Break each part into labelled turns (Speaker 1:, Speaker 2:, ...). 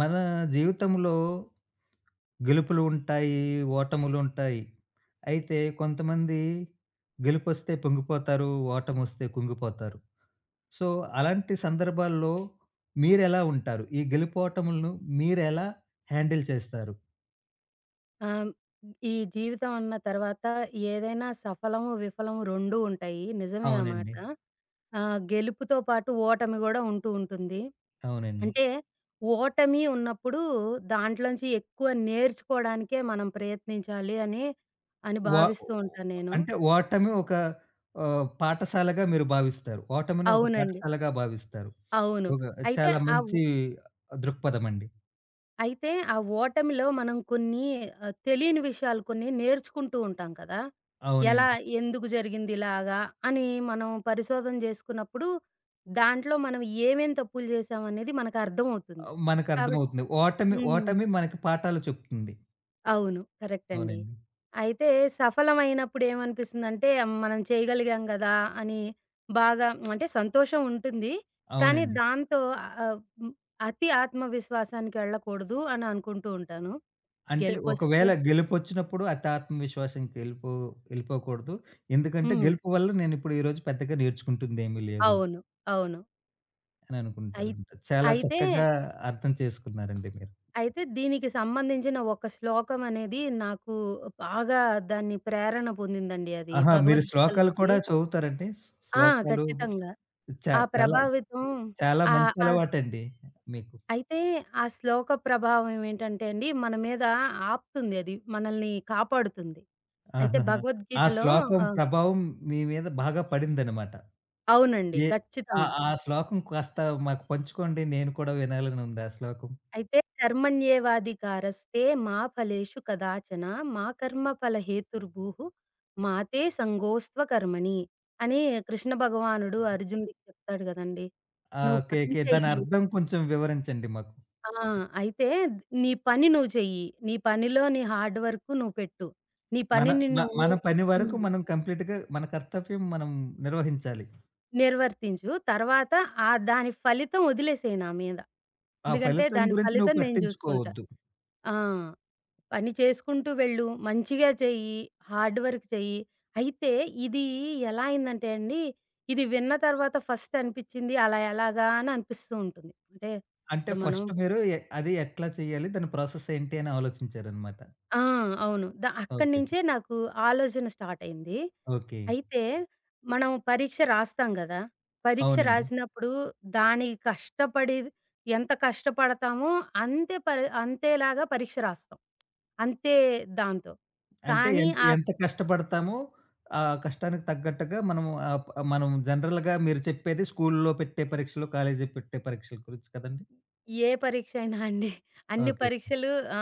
Speaker 1: మన జీవితంలో గెలుపులు ఉంటాయి, ఓటములుంటాయి. అయితే కొంతమంది గెలుపొస్తే పొంగిపోతారు, ఓటమొస్తే కుంగిపోతారు. సో, అలాంటి సందర్భాల్లో మీరెలా ఉంటారు? ఈ గెలుపోటములను మీరెలా హ్యాండిల్ చేస్తారు?
Speaker 2: ఆహ్, ఈ జీవితం అన్న తర్వాత ఏదైనా సఫలము, విఫలము 2 ఉంటాయి. నిజమే ఆ మాట.
Speaker 1: అవునండి.
Speaker 2: గెలుపుతో పాటు ఓటమి గూడా ఉంటూ ఉంటుంది.
Speaker 1: అవునండి.
Speaker 2: అంటే ఓటమి ఉన్నప్పుడు దాంట్లోంచి ఎక్కువ నేర్చుకోవడానికే మనం ప్రయత్నించాలి అని
Speaker 1: వ
Speaker 2: భావిస్తూ ఉంటాను నేను.
Speaker 1: అంటే ఓటమి ఒక పాఠశాలగా మీరు భావిస్తారు. ఓటమిని ఒక
Speaker 2: అవునండి.
Speaker 1: పాఠశాలగా భావిస్తారు.
Speaker 2: అవును.
Speaker 1: ఒక
Speaker 2: అయితే
Speaker 1: చాలా
Speaker 2: ఆ ఉ
Speaker 1: మంచి దృక్పథమండి.
Speaker 2: అయితే ఆ ఓటమిలో మనం కొన్ని తెలియని విషయాలు కొన్ని నేర్చుకుంటూ ఉంటాం కదా! ఎలా,
Speaker 1: అవునండి.
Speaker 2: ఎందుకు జరిగింది ఇలాగా అని మనం పరిశోధన చేసుకున్నప్పుడు, దాంట్లో మనం ఏమేం తప్పులు చేశామనేది మనకు అర్థమవుతుంది. కాబట్
Speaker 1: మనకర్థమవుతుంది. ఓటమి,
Speaker 2: హ్మ్.
Speaker 1: ఓటమి మనకి పాఠాలు చెప్తుంది.
Speaker 2: అవును. కరెక్ట్ అండి.
Speaker 1: అవునండి.
Speaker 2: అయితే సఫలమైనప్పుడు ఏమనిపిస్తుందంటే, "అమ్, "మనం చేయగలిగాం గదా!" అని బాగా, అంటే సంతోషం ఉంటుంది. కానీ
Speaker 1: అవునండి.
Speaker 2: దాంతో ఆహ్, హ్మ్. అతి ఆత్మవిశ్వాసానికి వెళ్ళకూడదు అని అనుకుంటూ ఉంటాను.
Speaker 1: అంటే
Speaker 2: గెలుపొస్తే
Speaker 1: ఒకవేళ గెలుపొచ్చినప్పుడు అతి ఆత్మవిశ్వాసంకి ఎళ్ళిపోకూడదు. ఎందుకంటే
Speaker 2: హ్మ్.
Speaker 1: గెలుపు వల్ల నేనిప్పుడు ఈరోజు పెద్దగా నేర్చుకుంటుందేమీ లేదు
Speaker 2: అవును. అవును. అయి
Speaker 1: అననుకుంటారనమాట. చాలా
Speaker 2: అయితే,
Speaker 1: చక్కగా అర్థం చేసుకున్నారండి మీరు.
Speaker 2: అయితే దీనికి సంబంధించిన ఒక శ్లోకం అనేది నాకు బాగా దాన్ని ప్రేరణ పొందిందండి అది.
Speaker 1: ఆహా! మీరు శ్లోకాలు
Speaker 2: భగవద్గీతలోది.
Speaker 1: కూడా చదువుతారండి?
Speaker 2: ఆ!
Speaker 1: శ్లోకాలు
Speaker 2: ఖచ్చితంగా. ఆ
Speaker 1: చాలా
Speaker 2: ప్రభావితం
Speaker 1: చాలా
Speaker 2: ఆ!
Speaker 1: మంచి
Speaker 2: ఆ
Speaker 1: అలవాటండి మీకు.
Speaker 2: అయితే ఆ శ్లోక ప్రభావం ఏంటంటే అండి, మన మీద ఆపుతుంది అది. మనల్ని కాపాడుతుంది. అయితే
Speaker 1: ఆహాహా! ఆ
Speaker 2: భగవద్గీతలో
Speaker 1: శ్లోకం
Speaker 2: ఆ!
Speaker 1: ప్రభావం మీ మీద బాగా పడిందనమాట.
Speaker 2: అవునండి.
Speaker 1: ఏ ఆ!
Speaker 2: ఖచ్చితంగా.
Speaker 1: ఆ శ్లోకం కాస్త మాకు పంచుకోండి. నేను కూడా వినాలనుంది ఆ శ్లోకం.
Speaker 2: అయితే, "కర్మణ్యేవాధికారస్తే మా ఫలేషు కదాచన, మా కర్మఫల హేతుర్భూః, మాతే సంగోస్త్వ కర్మణి" అని కృష్ణ భగవానుడు అర్జునుడికి చెప్తాడు గదండీ!
Speaker 1: ఆ!
Speaker 2: "నువ్వు
Speaker 1: ఓకే.
Speaker 2: పని
Speaker 1: ఓకే. దాని
Speaker 2: చెయ్యి.
Speaker 1: అర్థం కొంచెం వివరించండి మాకు.
Speaker 2: ఆ! అయితే నీ పని నువ్వు చెయ్యి. నీ పనిలో నీ హార్డ్ వర్క్ నువ్వు పెట్టు. నీ
Speaker 1: మన
Speaker 2: పనిని నువ్వు"
Speaker 1: మన పని వరకు
Speaker 2: హ్మ్.
Speaker 1: మనం కంప్లీట్‌గా మన కర్తవ్యం మనం నిర్వహించాలి.
Speaker 2: నిర్వర్తించు. తర్వాత ఆ దాని ఫలితం వదిలేసేయి నా మీద.
Speaker 1: ఆ
Speaker 2: ఎందుకంటే
Speaker 1: ఫలితం
Speaker 2: దాని
Speaker 1: గురించి నువ్వు
Speaker 2: ఫలితం నేను జూసుకుంటా.
Speaker 1: పట్టించుకోవద్దు.
Speaker 2: ఆ! పని చేసుకుంటూ వెళ్ళు. మంచిగా చెయ్యి. హార్డ్ వర్క్ చెయ్యి. అయితే ఇది ఎలా అయిందంటే అండి, ఇది విన్న తర్వాత ఫస్ట్ అనిపిచ్చింది అలా ఎలాగా అని అనిపిస్తూ ఉంటుంది. అంటే
Speaker 1: అంటే
Speaker 2: ఇప్పుడు మనం
Speaker 1: ఫస్ట్ మీరు అది ఎట్లా చేయాలి? దాని ప్రాసెస్ ఏంటి అని ఆలోచించారనమాట.
Speaker 2: ఆ! అవును. అక్కడి
Speaker 1: ఓకే. ఓకే.
Speaker 2: నించే నాకు ఆలోచన స్టార్ట్ అయింది.
Speaker 1: ఓకే.
Speaker 2: అయితే మనం పరీక్ష రాస్తాం గదా! పరీక్ష
Speaker 1: అవునండి.
Speaker 2: రాసినప్పుడు దానికి కష్టపడి ఎంత కష్టపడతామో అంతేలాగా పరీక్ష రాస్తాం. అంతే దాంతో.
Speaker 1: అంటే
Speaker 2: కానీ
Speaker 1: ఎంత
Speaker 2: ఆ
Speaker 1: ఎంత కష్టపడతామో, ఆ కష్టానికి తగ్గట్టుగా మనము ఆహ్, ప్ మనం జనరల్‌గా మీరు చెప్పేది స్కూలులో పెట్టే పరీక్షలు, కాలేజీలో పెట్టే పరీక్షల గురించి కదండీ!
Speaker 2: ఏ పరీక్ష అయినా అండి. అన్ని
Speaker 1: ఓకే. ఓకే.
Speaker 2: పరీక్షలు ఆ!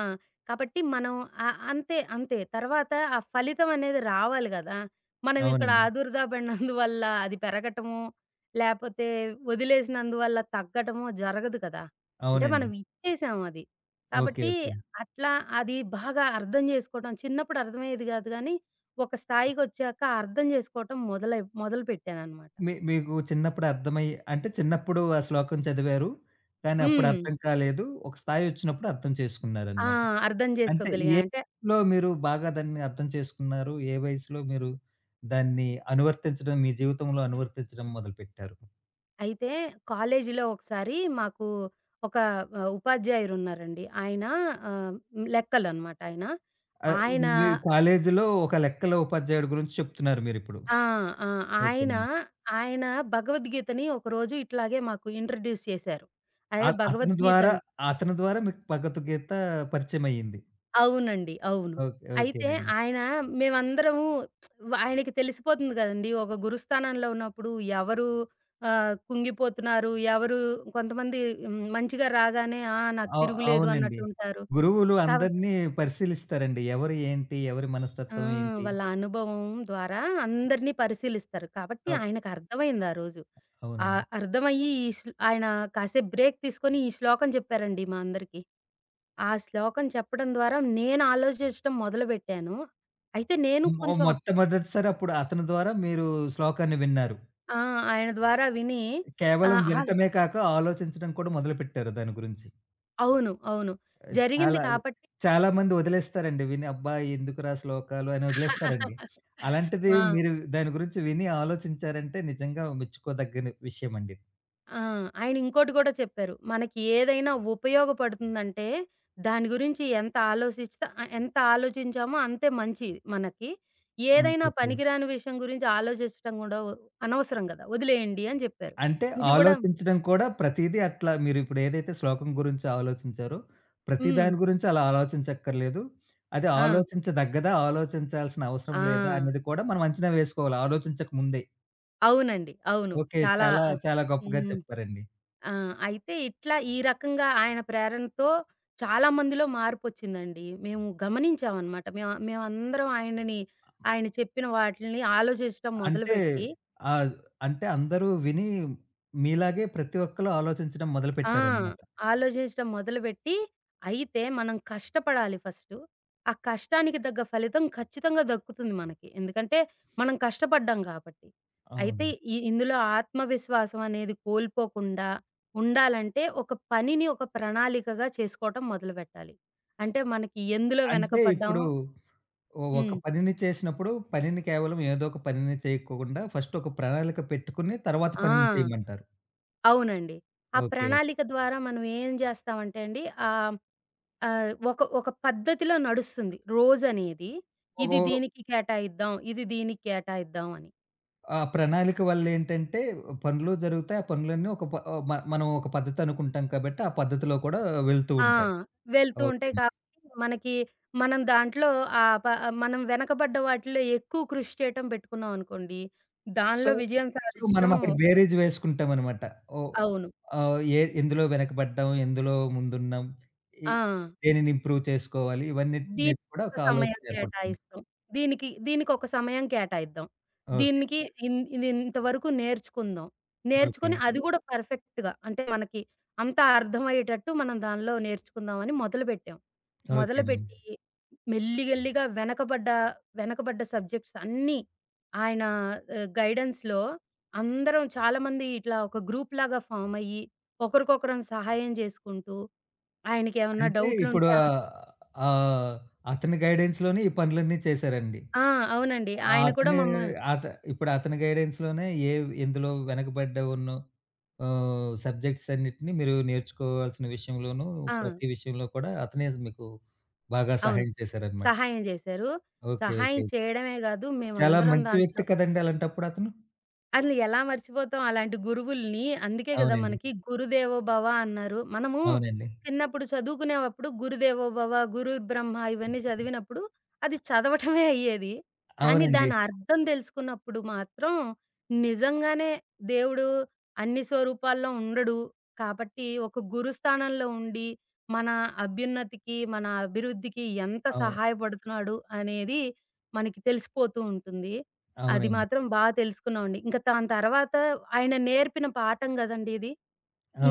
Speaker 2: కాబట్టి మనం అంతే. తర్వాత ఆ ఫలితం అనేది రావాలి గదా! మనం ఇక్కడ
Speaker 1: అవునండి.
Speaker 2: ఆదుర్దా పడినందువల్ల అది పెరగటము, లేపోతే వదిలేసినందువల్ల తగ్గటము జరగదు కదా! అంటే మనం
Speaker 1: అవునండి.
Speaker 2: ఇచ్చేసాం అది.
Speaker 1: ఓకే.
Speaker 2: కాబట్టి
Speaker 1: ఓకే.
Speaker 2: అట్లా అది బాగా అర్థం చేసుకోవడం చిన్నప్పుడు అర్థమయ్యేది గాదు గానీ, ఒక స్థాయికొచ్చాక అర్థం జేసుకోవటం మొదలుపెట్టాననమాట.
Speaker 1: మీకు చిన్నప్పుడు అర్థమై అంటే చిన్నప్పుడు ఆ శ్లోకం చదివారు. కానీ అప్పుడు
Speaker 2: హ్మ్.
Speaker 1: అర్థం కాలేదు. ఒక స్థాయి వచ్చినప్పుడు అర్థం
Speaker 2: ఆ!
Speaker 1: చేసుకున్నారనమాట.
Speaker 2: అర్థం
Speaker 1: అంటే
Speaker 2: జేసుకోగలిగా.
Speaker 1: ఏ
Speaker 2: అంటే
Speaker 1: వయసులో మీరు బాగా దాన్ని అర్థం చేసుకున్నారు? ఏ వయసులో మీరు దాన్ని అనువర్తించడం మీ జీవితంలో అనువర్తించడం మొదలుపెట్టారు?
Speaker 2: అయితే కాలేజీలో ఒకసారి మాకు ఒక ఉపాధ్యాయురున్నారండి. ఆయన ఆహ్, లెక్కలనమాట ఆయన.
Speaker 1: ఆహ్,
Speaker 2: ఆయన
Speaker 1: మీ కాలేజీలో ఒక లెక్కల ఉపాధ్యాయుడి గురించి చెప్తున్నారు మీరిప్పుడు.
Speaker 2: ఆ! ఆ! ఆయన,
Speaker 1: ఓకేనండి.
Speaker 2: ఆయన భగవద్గీతని ఒకరోజు ఇట్లాగే మాకు ఇంట్రొడ్యూస్ చేశారు. అదే
Speaker 1: అ అతని
Speaker 2: భగవద్గీత
Speaker 1: ద్వారా
Speaker 2: అం
Speaker 1: అతని ద్వారా మీకు భగవద్గీత పరిచయమయ్యింది.
Speaker 2: అవునండి. అవును.
Speaker 1: ఓకే.
Speaker 2: అయితే
Speaker 1: ఓకేనండి.
Speaker 2: ఆయన మేమందరము ఆయనకి తెలిసిపోతుంది కదండీ! ఒక గురుస్థానంలో ఉన్నప్పుడు ఎవరు కుంగిపోతున్నారు, ఎవరు కొంతమంది మంచిగా రాగానే, "ఆ! నాకు
Speaker 1: అవు
Speaker 2: తిరుగులేదు"
Speaker 1: అవునండి.
Speaker 2: అన్నట్టుంటారు.
Speaker 1: గురువులు
Speaker 2: కవ
Speaker 1: అందరిని పరిశీలిస్తారండి. ఎవరు ఏంటి? ఎవరి
Speaker 2: ఆ!
Speaker 1: మనస్తత్వం ఏంటి?
Speaker 2: వాళ్ళ అనుభవం ద్వారా అందరిని పరిశీలిస్తారు. కాబట్టి
Speaker 1: అప్
Speaker 2: ఆయనకు అర్థమైంది ఆ రోజు.
Speaker 1: అవునండి.
Speaker 2: అర్థమయ్యి ఈ శ్ల్ ఆయన కాసేపు బ్రేక్ తీసుకొని ఈ శ్లోకం చెప్పారండి మా అందరికి. ఆ శ్లోకం చెప్పడం ద్వారా నేను ఆలోచించడం మొదలుపెట్టాను. అయితే నేను
Speaker 1: మొ
Speaker 2: కొంచెం
Speaker 1: మొట్టమొదటిసారి అప్పుడు అతని ద్వారా మీరు శ్లోకాన్ని విన్నారు.
Speaker 2: ఆ! ఆయన ద్వారా విని
Speaker 1: కేవలం
Speaker 2: ఆహ్, ఆహ్
Speaker 1: వినటమే కాక ఆలోచించడం కూడా మొదలుపెట్టారు దాని గురించి.
Speaker 2: అవును. అవును. జరిగింది
Speaker 1: చాలా
Speaker 2: కాబట్టి
Speaker 1: చాలామంది వదిలేస్తారండి విని. అబ్బా! ఎందుకురా శ్లోకాలు అని వదిలేస్తారండి. అలాంటిది
Speaker 2: ఆ!
Speaker 1: మీరు దాని గురించి విని ఆలోచించారంటే నిజంగా మెచ్చుకోదగ్గని విషయమండి.
Speaker 2: ఆ! ఆయన ఇంకోటి గూడా చెప్పారు. మనకి ఏదైనా ఉపయోగపడుతుందంటే, దాని గురించి ఎంత ఆలోచించామో అంతే మంచి మనకి.
Speaker 1: హ్మ్.
Speaker 2: ఏదైనా
Speaker 1: ఓకే.
Speaker 2: పనికిరాని విషయం గురించి ఆలోచించడం గూడా అనవసరం గదా! వదిలేయండి అని జెప్పారు.
Speaker 1: అంటే
Speaker 2: ఇది గూడా
Speaker 1: ఆలోచించడం కూడా ప్రతీదీ అట్లా మీరిప్పుడు ఏదైతే శ్లోకం గురించి ఆలోచించారో, ప్రతి
Speaker 2: హ్మ్.
Speaker 1: దాని గురించి అలా ఆలోచించక్కర్లేదు. అది
Speaker 2: ఆ!
Speaker 1: ఆలోచించదగ్గదా? ఆలోచించాల్సిన అవసరం
Speaker 2: ఆ!
Speaker 1: లేదా? అన్నది కూడా మనం అంచనా వేసుకోవాలి ఆలోచించక ముందే.
Speaker 2: అవునండి. అవును.
Speaker 1: ఓకే.
Speaker 2: చాలా
Speaker 1: చాలా
Speaker 2: ఆ!
Speaker 1: చాలా గొప్పగా
Speaker 2: హ్మ్.
Speaker 1: చెప్పారండి.
Speaker 2: ఆ! అయితే ఇట్లా ఈ రకంగా ఆయన ప్రేరణతో చాలా మందిలో మార్పొచ్చిందండి. మేము గమనించామనమాట. మేమందరం ఆయనని ఆయన చెప్పిన వాటిల్ని ఆలోచించటం
Speaker 1: అంటే
Speaker 2: మొదలుపెట్టి
Speaker 1: ఆహ్, అంటే అందరూ విని మీలాగే ప్రతి ఒక్కళ్ళు ఆలోచించడం
Speaker 2: ఆ!
Speaker 1: మొదలుపెట్టారన్నమాట.
Speaker 2: ఆలోచించడం మొదలుపెట్టి, అయితే మనం కష్టపడాలి ఫస్టు. ఆ కష్టానికి తగ్గ ఫలితం ఖచ్చితంగా దక్కుతుంది మనకి. ఎందుకంటే, మనం కష్టపడ్డాం కాబట్టి. అయితే
Speaker 1: అవును.
Speaker 2: ఇందులో ఆత్మవిశ్వాసం అనేది కోల్పోకుండా ఉండాలంటే, ఒక పనిని ఒక ప్రణాళికగా చేసుకోవటం మొదలుపెట్టాలి. అంటే మనకి ఎందులో
Speaker 1: అంటే ఇప్పుడు
Speaker 2: వెనకపడ్డామో
Speaker 1: ఒక
Speaker 2: హ్మ్.
Speaker 1: పనిని చేసినప్పుడు పనిని కేవలం ఏదో ఒక పనిని చేయకోకుండా ఫస్ట్ ఒక ప్రణాళిక పెట్టుకొని తర్వాత
Speaker 2: ఆ!
Speaker 1: పనిని చేయమంటారు.
Speaker 2: అవునండి. ఆ
Speaker 1: ఓకే.
Speaker 2: ప్రణాళిక ద్వారా మనం ఏం చేస్తామంటే అండి, ఆహ్, ఆహ్, ఒక ఒక పద్ధతిలో నడుస్తుంది రోజనేది.
Speaker 1: ఓ
Speaker 2: ఇది
Speaker 1: ఓ
Speaker 2: దీనికి కేటాయిద్దాం, ఇది దీనికి కేటాయిద్దాం అని.
Speaker 1: ఆ ప్రణాళిక వల్లేంటంటే పనులు జరుగుతాయి. ఆ పనులన్నీ ఒక ప ఆహ్, మ మనం ఒక పద్ధతి అనుకుంటాం కాబట్టి ఆ పద్ధతిలో కూడా వెళ్తూ
Speaker 2: ఆ!
Speaker 1: ఉంటాయి.
Speaker 2: వెళ్తూ
Speaker 1: ఓకే.
Speaker 2: ఉంటాయి కాబట్టి మనకి మనం దాంట్లో ఆహ్, ప మనం వెనకబడ్డ వాటిలో ఎక్కువ కృషి చేయటం పెట్టుకున్నాం అనుకోండి,
Speaker 1: సో,
Speaker 2: దానిలో విజయం
Speaker 1: సో, మనం
Speaker 2: సాధించటం
Speaker 1: అక్కడ బేరీజ్ వేసుకుంటామనమాట. ఓహ్!
Speaker 2: అవును.
Speaker 1: ఎందులో వెనకబడ్డాం, ఎందులో ముందున్నాం, ఎ
Speaker 2: ఆ!
Speaker 1: దేనిని ఇంప్రూవ్ చేసుకోవాలి, ఇవన్నిటి మీద
Speaker 2: దీనికి
Speaker 1: కూడా
Speaker 2: ఎంత
Speaker 1: ఒక
Speaker 2: సమయం
Speaker 1: ఆలోచన ఏర్పడుతుంది.
Speaker 2: కేటాయిస్తాం? దీనికి దీనికొక సమయం కేటాయిద్దాం.
Speaker 1: ఓకే.
Speaker 2: దీనికి ఇన్ ఇది ఇంతవరకు నేర్చుకుందాం.
Speaker 1: ఓకే.
Speaker 2: నేర్చుకొని అది గూడా పర్ఫెక్ట్‌గా, అంటే మనకి అంతా అర్థమయ్యేటట్టు మనం దానిలో నేర్చుకుందాం అని మొదలుపెట్టాం.
Speaker 1: ఓకేనండి.
Speaker 2: మొదలుపెట్టి మెల్లిగెల్లిగా వెనకబడ్డ సబ్జెక్ట్స్ అన్నీ ఆయన గైడెన్స్‌లో అందరం చాలామంది ఇట్లా ఒక గ్రూప్‌లాగా ఫార్మ్ అయ్యి, ఒకరికొకరం సహాయం జేసుకుంటూ ఆయనకేమన్నా
Speaker 1: అంటే ఇప్పుడు
Speaker 2: డౌట్‌లుంటే
Speaker 1: ఆహ్, ఆహ్, అతని గైడెన్స్‌లోనే ఈ పనులన్నీ చేశారండి.
Speaker 2: ఆ! అవునండి.
Speaker 1: ఆ!
Speaker 2: ఆయన కూడా
Speaker 1: అతనే
Speaker 2: మమ్మ
Speaker 1: అత ఇప్పుడు అతని గైడెన్స్‌లోనే ఎందులో వెనకబడ్డ ఉన్న సబ్జెక్ట్స్ అన్నిటిని మీరు నేర్చుకోవాల్సిన విషయంలోనూ,
Speaker 2: ఆ!
Speaker 1: ప్రతి విషయంలో కూడా అతనే మీకు బాగా
Speaker 2: అవును.
Speaker 1: సహాయం చేశారనమాట.
Speaker 2: సహాయం జేశారు.
Speaker 1: ఓకే.
Speaker 2: సహాయం
Speaker 1: ఓకే.
Speaker 2: చేయడమే గాదు
Speaker 1: చాలా
Speaker 2: మేమందరం
Speaker 1: మంచి
Speaker 2: దాంట్లో
Speaker 1: వ్యక్తి కదండీ అలాంటప్పుడు అతను.
Speaker 2: అసలు ఎలా మర్చిపోతాం అలాంటి గురువుల్ని. అందుకే గదా!
Speaker 1: అవునండి.
Speaker 2: మనకి గురుదేవో భవ అన్నారు. మనము
Speaker 1: అవునండి.
Speaker 2: చిన్నప్పుడు చదువుకునేవప్పుడు గురుదేవో భవ, గురుర్ బ్రహ్మ ఇవన్నీ చదివినప్పుడు అది చదవటమే అయ్యేది. కానీ
Speaker 1: అవునండి.
Speaker 2: దాని అర్థం తెలుసుకున్నప్పుడు మాత్రం నిజంగానే దేవుడు అన్ని స్వరూపాల్లో ఉండడు. కాబట్టి ఒక గురు స్థానంలో ఉండి మన అభ్యున్నతికి, మన అభివృద్ధికి ఎంత
Speaker 1: అవును.
Speaker 2: సహాయపడుతున్నాడు అనేది మనకి తెలిసిపోతూ ఉంటుంది. అది
Speaker 1: అవునండి.
Speaker 2: మాత్రం తెలుసుకున్నామండి. ఇంక దాని తర్వాత ఆయన నేర్పిన పాఠం గదండీ ఇది.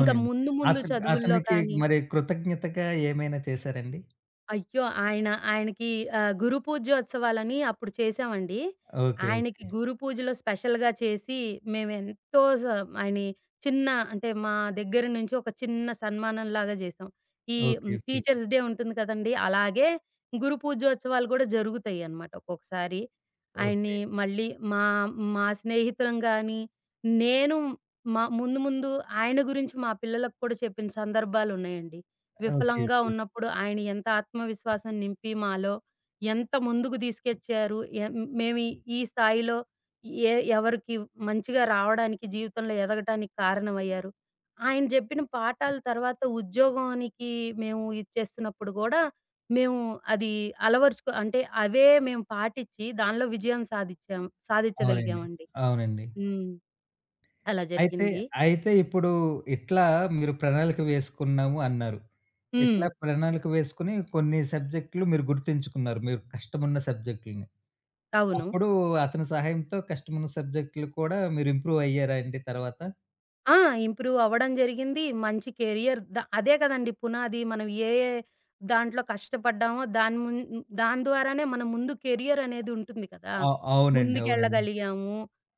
Speaker 2: ఇంక ముందు ముందు
Speaker 1: అతను
Speaker 2: చదువుల్లో
Speaker 1: అతనికి
Speaker 2: కానీ
Speaker 1: మరి కృతజ్ఞతగా ఏమైనా చేశారండి?
Speaker 2: అయ్యో! ఆయనకి గురు పూజోత్సవాలని అప్పుడు చేశామండి.
Speaker 1: ఓకే.
Speaker 2: ఆయనకి
Speaker 1: ఓకే.
Speaker 2: గురు పూజలో స్పెషల్‌గా చేసి మేమెంతో స ఆయన్ని చిన్న, అంటే మా దగ్గర నుంచి ఒక చిన్న సన్మానంలాగా చేసాం. ఈ
Speaker 1: ఓకే. ఓకే.
Speaker 2: టీచర్స్ డే ఉంటుంది కదండీ! అలాగే గురు పూజోత్సవాలు కూడా జరుగుతాయన్నమాట ఒక్కొక్కసారి. ఆయన్ని
Speaker 1: ఓకే.
Speaker 2: మళ్ళీ మా మా స్నేహితులం గాని, నేను మా ముందు ముందు ఆయన గురించి మా పిల్లలకు కూడా చెప్పిన సందర్భాలున్నాయండి.
Speaker 1: ఓకే.
Speaker 2: విఫలంగా
Speaker 1: ఓకే.
Speaker 2: ఉన్నప్పుడు ఆయన ఎంత ఆత్మవిశ్వాసం నింపి మాలో ఎంత ముందుకు తీసుకొచ్చారు. ఎ మేము ఈ ఈ స్థాయిలో ఎ ఎవరికి మంచిగా రావడానికి జీవితంలో ఎదగటానికి కారణమయ్యారు. ఆయన జెప్పిన పాఠాలు తర్వాత ఉద్యోగానికి మేము ఇది చేస్తున్నప్పుడు గూడా మేము అది అలవరుచుకో అంటే అవే మేము పాటిచ్చి దానిలో విజయం
Speaker 1: అవునండి.
Speaker 2: సాధిచ్చగలిగామండి.
Speaker 1: అవునండి.
Speaker 2: హ్మ్. అలా
Speaker 1: అయితే,
Speaker 2: జరిగింది.
Speaker 1: అయితే, ఇప్పుడు ఇట్లా మీరు ప్రణాళిక వేసుకున్నాము అన్నారు.
Speaker 2: హ్మ్.
Speaker 1: ఇట్లా ప్రణాళిక వేసుకొని కొన్ని సబ్జెక్టులు మీరు గుర్తుంచుకున్నారు. మీరు కష్టమున్న సబ్జెక్టులని.
Speaker 2: అవును.
Speaker 1: అప్పుడు అతని సహాయంతో కష్టమున్న సబ్జెక్టులు కూడా మీరు ఇంప్రూవ్ అయ్యారా అండి తర్వాత?
Speaker 2: ఆ! ఇంప్రూవ్ అవ్వడం జరిగింది. మంచి కెరియర్, అదే కదండీ పునాది. మనం ఏ ఏ దాంట్లో కష్టపడ్డామో దాని ద్వారానే మన ముందు కెరియర్ అనేది ఉంటుంది కదా!
Speaker 1: అ అవునండి. అవునండి.
Speaker 2: ముందుకెళ్ళగలిగాము.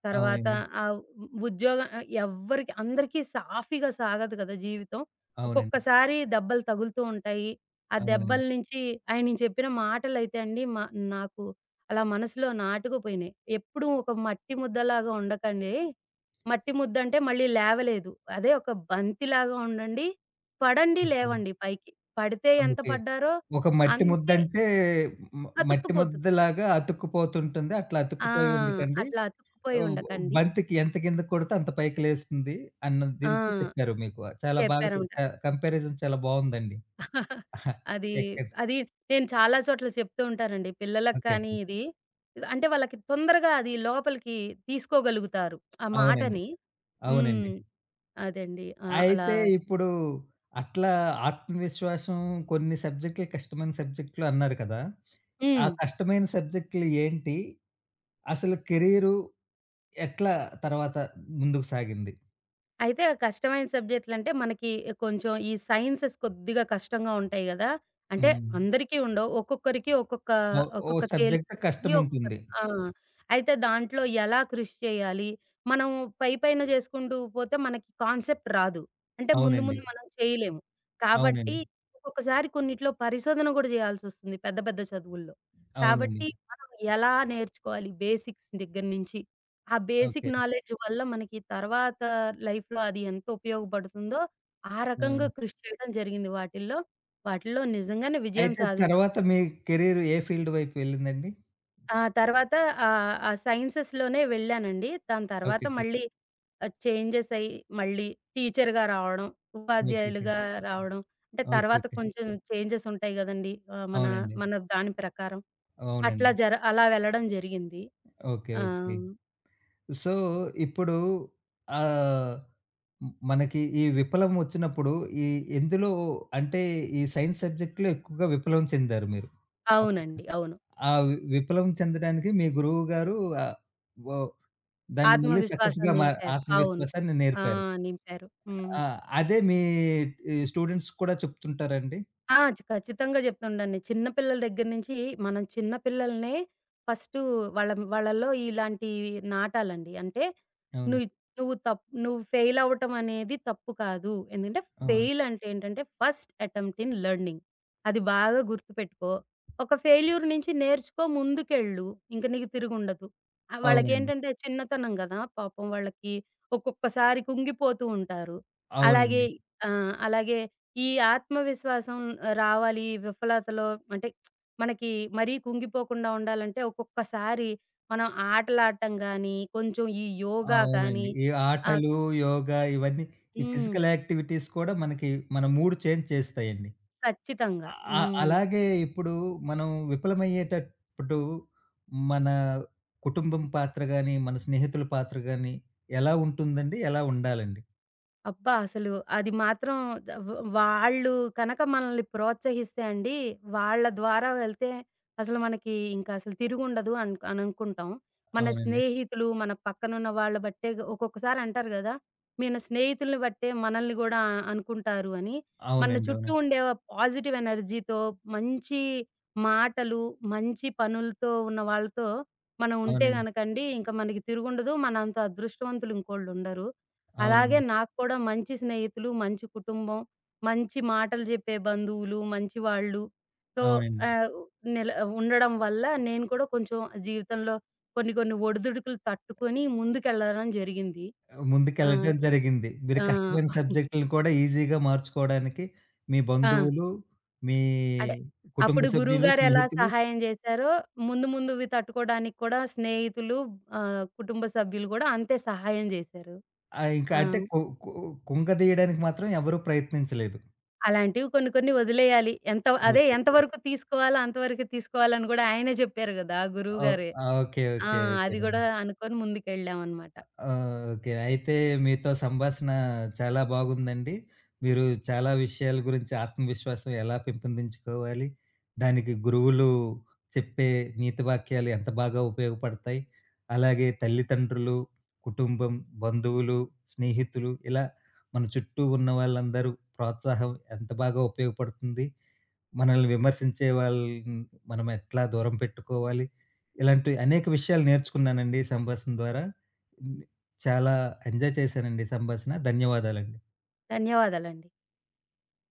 Speaker 2: తర్వాత
Speaker 1: అవునండి.
Speaker 2: ఆహ్, ఉద్యోగం, ఎవ్వరికి అందరికీ సాఫీగా సాగదు కదా జీవితం.
Speaker 1: అవునండి.
Speaker 2: ఒక్కొక్కసారి దెబ్బలు తగులుతూ ఉంటాయి. ఆ దెబ్బల
Speaker 1: అవునండి.
Speaker 2: నుంచి ఆయన చెప్పిన మాటలైతే అండి నాకు అలా మనసులో నాటుకుపోయినాయి. ఎప్పుడూ ఒక మట్టి ముద్దలాగా ఉండకండి, మట్టి ముద్దంటే మళ్ళీ లేవలేదు. అదే ఒక బంతిలాగా ఉండండి. పడండి,
Speaker 1: ఓకే.
Speaker 2: లేవండి పైకి. పడితే ఎంత
Speaker 1: ఓకే.
Speaker 2: పడ్డారో
Speaker 1: ఒక మట్టి
Speaker 2: అంతే
Speaker 1: ముద్దంటే మ మట్టి
Speaker 2: అతుక్కుపోతుంది కదా!
Speaker 1: ముద్దలాగా అతుక్కుపోతుంటుంది. అట్లా
Speaker 2: ఆ!
Speaker 1: అతుక్కుపోయి ఉండకండి.
Speaker 2: అట్లా అతుక్కుపోయి
Speaker 1: ఓహ్!
Speaker 2: ఉండకండి.
Speaker 1: బంతికి ఎంత కిందకి కొడితే అంత పైకి లేస్తుంది అన్న దీంతో
Speaker 2: ఆ!
Speaker 1: చెప్పారు మీకు. చాలా బాగా చె
Speaker 2: చెప్పారనమాట.
Speaker 1: క కంపారిజన్ చాలా బావుందండి. ఎక్కది
Speaker 2: అది, అది నేను చాలా చోట్ల చెప్తూ ఉంటానండి. పిల్లలకి
Speaker 1: ఓకే.
Speaker 2: కానీ ఇది అంటే వాళ్ళకి తొందరగా అది లోపలికి తీసుకోగలుగుతారు. ఆ
Speaker 1: అవునండి.
Speaker 2: మాటని.
Speaker 1: అవునండి.
Speaker 2: హ్మ్. అదండి. ఆ! అలా
Speaker 1: అయితే ఇప్పుడు అట్లా ఆత్మవిశ్వాసం కొన్ని సబ్జెక్ట్‌లు కష్టమైన సబ్జెక్ట్‌లు అన్నారు కదా! ఆ
Speaker 2: హ్మ్.
Speaker 1: కష్టమైన సబ్జెక్ట్‌లు ఏంటి? అసలు కెరీరు ఎట్లా తర్వాత ముందుకు సాగింది?
Speaker 2: అయితే ఆ కష్టమైన సబ్జెక్ట్‌లంటే మనకి కొంచెం ఈ సైన్సెస్ కొద్దిగా కష్టంగా ఉంటాయి గదా! అంటే
Speaker 1: హ్మ్.
Speaker 2: అందరికీ ఉండవు. ఒక్కొక్కరికి ఒక్కొక్క,
Speaker 1: ఓ ఓ
Speaker 2: ఒక్కొక్క
Speaker 1: సబ్జెక్ట్
Speaker 2: తేలికుంటుంది. ఒక్కొక్క
Speaker 1: కష్టముంటుంది.
Speaker 2: ఆ! అయితే దాంట్లో ఎలా కృషి చేయాలి? మనం పైపైన చేసుకుంటూ పోతే మనకి కాన్సెప్ట్ రాదు. అంటే ముందు
Speaker 1: అవునండి.
Speaker 2: ముందు మనం చేయలేము. కాబట్టి
Speaker 1: అవునండి.
Speaker 2: ఒక్కొక్కసారి కొన్నిట్లో పరిశోధన గూడా చేయాల్సొస్తుంది పెద్ద పెద్ద చదువుల్లో.
Speaker 1: అవునండి.
Speaker 2: కాబట్టి మనం ఎలా నేర్చుకోవాలి బేసిక్స్ దగ్గర నుంచి? ఆ బేసిక్
Speaker 1: ఓకే.
Speaker 2: నాలెడ్జ్ వల్ల మనకి తర్వాత లైఫ్‌లో అది ఎంత ఉపయోగపడుతుందో, ఆ రకంగా
Speaker 1: అవును.
Speaker 2: కృషి చేయడం జరిగింది వాటిల్లో. వాటిల్లో నిజంగానే విజయం
Speaker 1: అయితే
Speaker 2: సాధించాను.
Speaker 1: తర్వాత మీ కెరీర్ ఏ ఫీల్డ్ వైపు వెళ్ళిందండి?
Speaker 2: ఆ తర్వాత ఆ సైన్సెస్‌లోనే వెళ్ళానండి. దాని తర్వాత
Speaker 1: ఓకేకే.
Speaker 2: మళ్ళీ చేంజెస్ అయ్యి మళ్ళీ టీచర్‌గా రావడం,
Speaker 1: ఓకేకే.
Speaker 2: ఉపాధ్యాయులుగా రావడం. అంటే తర్వాత
Speaker 1: ఓకేకే.
Speaker 2: కొంచెం చేంజెస్ ఉంటాయి గదండీ! ఆహ్, మన
Speaker 1: అవునండి.
Speaker 2: మన దాని ప్రకారం. అట్లా
Speaker 1: అవునండి.
Speaker 2: జర అలా వెళ్ళడం జరిగింది.
Speaker 1: ఓకే. ఓకే.
Speaker 2: ఆహ్,
Speaker 1: సో, ఇప్పుడు ఆహ్, మ్ మనకి ఈ విప్లవం వచ్చినప్పుడు ఈ ఎందులో అంటే ఈ సైన్స్ సబ్జెక్ట్‌లో ఎక్కువగా విప్లవం చెందారు మీరు. అప్పట్లో.
Speaker 2: అవునండి. అవును.
Speaker 1: ఆ విప్లవం చెందడానికి మీ గురువు గారు ఆహ్, వో దాన్ని మళ్ళీ
Speaker 2: ఆత్మవిశ్వాసం
Speaker 1: సక్సెస్‌గా మా
Speaker 2: నింపారు. అవును.
Speaker 1: ఆత్మవిశ్వాసాన్ని
Speaker 2: ఆ!
Speaker 1: నేర్పారు.
Speaker 2: నింపారు.
Speaker 1: ఆ! అదే మీ ఈ స్టూడెంట్స్‌కి కూడా చెప్తుంటారండి?
Speaker 2: ఆ! ఖచ్చితంగా చెప్తుండండి. చిన్న పిల్లల దగ్గర నుంచి మనం చిన్న పిల్లలనే ఫస్టు వాళ్ళ వాళ్ళలో ఇలాంటివి నాటాలండి. అంటే నువ్వు
Speaker 1: అవునండి.
Speaker 2: నువ్వు తప్ నువ్వు ఫెయిల్ అవ్వటం అనేది తప్పు కాదు. ఎందుకంటే
Speaker 1: అవును.
Speaker 2: ఫెయిల్ అంటే ఏంటంటే ఫస్ట్ అటెంప్ట్ ఇన్ లెర్నింగ్. అది బాగా గుర్తుపెట్టుకో. ఒక ఫెయిల్యూర్ నుంచి నేర్చుకో ముందుకెళ్ళు. ఇంక నీకు తిరుగుండదు.
Speaker 1: అవునండి.
Speaker 2: వాళ్ళకేంటంటే చిన్నతనం గదా! పాపం వాళ్ళకి ఒక్కొక్కసారి కుంగిపోతూ ఉంటారు. అలాగే
Speaker 1: అవునండి.
Speaker 2: ఆ! అలాగే ఈ ఆత్మవిశ్వాసం రావాలి. ఈ విఫలతలో అంటే మనకి మరీ కుంగిపోకుండా ఉండాలంటే ఒక్కొక్కసారి మనం ఆటలాడటం గానీ, కొంచెం ఈ యోగా కానీ,
Speaker 1: అవునండి. ఈ
Speaker 2: ఆహ్,
Speaker 1: ఆటలు, యోగా ఇవన్నీ ఈ
Speaker 2: హ్మ్.
Speaker 1: ఫిజికల్ యాక్టివిటీస్ కూడా మనకి మన మూడ్ చేంజ్ చేస్తాయండి.
Speaker 2: ఖచ్చితంగా.
Speaker 1: అ అలాగే ఇప్పుడు మనం విఫలమయ్యేటప్పుడు మన కుటుంబం పాత్ర గాని, మన స్నేహితుల పాత్ర గాని ఎలా ఉంటుందండి? ఎలా ఉండాలండి?
Speaker 2: అబ్బా! అసలు అది మాత్రం ద- వ వాళ్ళు కనక మనల్ని ప్రోత్సహిస్తే అండి, వాళ్ళ ద్వారా వెళ్తే అసలు మనకి ఇంక అసలు తిరుగుండదు అని అనుకుంటాం. మన
Speaker 1: అవునండి.
Speaker 2: స్నేహితులు, మన పక్కనున్న వాళ్ళ బట్టే ఒక్కొక్కసారి అంటారు గదా! మన స్నేహితుల్ని బట్టే మనల్ని గూడా అనుకుంటారు అని. మన
Speaker 1: అవునండి.
Speaker 2: చుట్టూ
Speaker 1: అవును.
Speaker 2: ఉండే పాజిటివ్ ఎనర్జీతో, మంచి మాటలు, మంచి పనులతో ఉన్న వాళ్ళతో మనం ఉంటే
Speaker 1: అవునండి.
Speaker 2: గనకండి, ఇంక మనకి తిరుగుండదు. మనంత అదృష్టవంతులు ఇంకోళ్ళుండరు. అలాగే
Speaker 1: అవునండి.
Speaker 2: నాకు కూడా మంచి స్నేహితులు, మంచి కుటుంబం, మంచి మాటలు జెప్పే బంధువులు, మంచి వాళ్ళు సో,
Speaker 1: అవునండి.
Speaker 2: ఆహ్, నెల ఉండడం వల్ల నేను కూడా కొంచెం జీవితంలో కొన్ని కొన్ని ఒడిదుడుకులు తట్టుకొని ముందుకెళ్ళడం జరిగింది. ఆ!
Speaker 1: ముందుకెళ్ళటం జరిగింది. మీరు
Speaker 2: ఆ!
Speaker 1: కష్టమైన సబ్జెక్టులను కూడా ఈజీగా మార్చుకోవడానికి మీ
Speaker 2: ఆ!
Speaker 1: బంధువులు, మీ
Speaker 2: అంటే
Speaker 1: కుటుంబ
Speaker 2: అప్పుడు
Speaker 1: సభ్యులు,
Speaker 2: గురువుగారు ఎలా
Speaker 1: స్నేహితులు
Speaker 2: సహాయం జేశారో, ముందు ముందువి తట్టుకోవడానికి కూడా స్నేహితులు, కుటుంబ సభ్యులు గూడా అంతే సహాయం జేశారు.
Speaker 1: ఇంకా
Speaker 2: ఆ!
Speaker 1: అంటే కు కు కుంగదీయడానికి మాత్రం ఎవరు ప్రయత్నించలేదు.
Speaker 2: అలాంటివి కొన్ని కొన్ని వదిలేయాలి. ఎంత అదే
Speaker 1: ఓకే. ఓకే.
Speaker 2: ఎంతవరకు తీసుకోవాలో అంతవరకే తీసుకోవాలని గూడా ఆయనే చెప్పారు గదా!
Speaker 1: ఓహ్!
Speaker 2: గురువుగారే.
Speaker 1: ఓకే.
Speaker 2: ఆ!
Speaker 1: ఓకే.
Speaker 2: అది
Speaker 1: ఓకేనండి.
Speaker 2: గూడా అనుకోని ముందుకెళ్ళామనమాట.
Speaker 1: ఓకే. అయితే మీతో సంభాషణ చాలా బాగుందండి. మీరు చాలా విషయాల గురించి ఆత్మవిశ్వాసం ఎలా పెంపొందించుకోవాలి, దానికి గురువులు చెప్పే నీతి వాక్యాలు ఎంత బాగా ఉపయోగపడతాయి, అలాగే తల్లిదండ్రులు, కుటుంబం, బంధువులు, స్నేహితులు ఇలా మన చుట్టూ ఉన్న వాళ్ళందరూ ప్రోత్సాహం ఎంత బాగా ఉపయోగపడుతుంది, మనల్ని విమర్శించే వాళ్ళని మనం ఎట్లా దూరం పెట్టుకోవాలి. ఇలాంటి అనేక విషయాలు నేర్చుకున్నానండి ఈ సంభాషణ ద్వారా. చాలా ఎంజాయ్ చేశానండి ఈ సంభాషణ. ధన్యవాదాలండి.
Speaker 2: ధన్యవాదాలండి.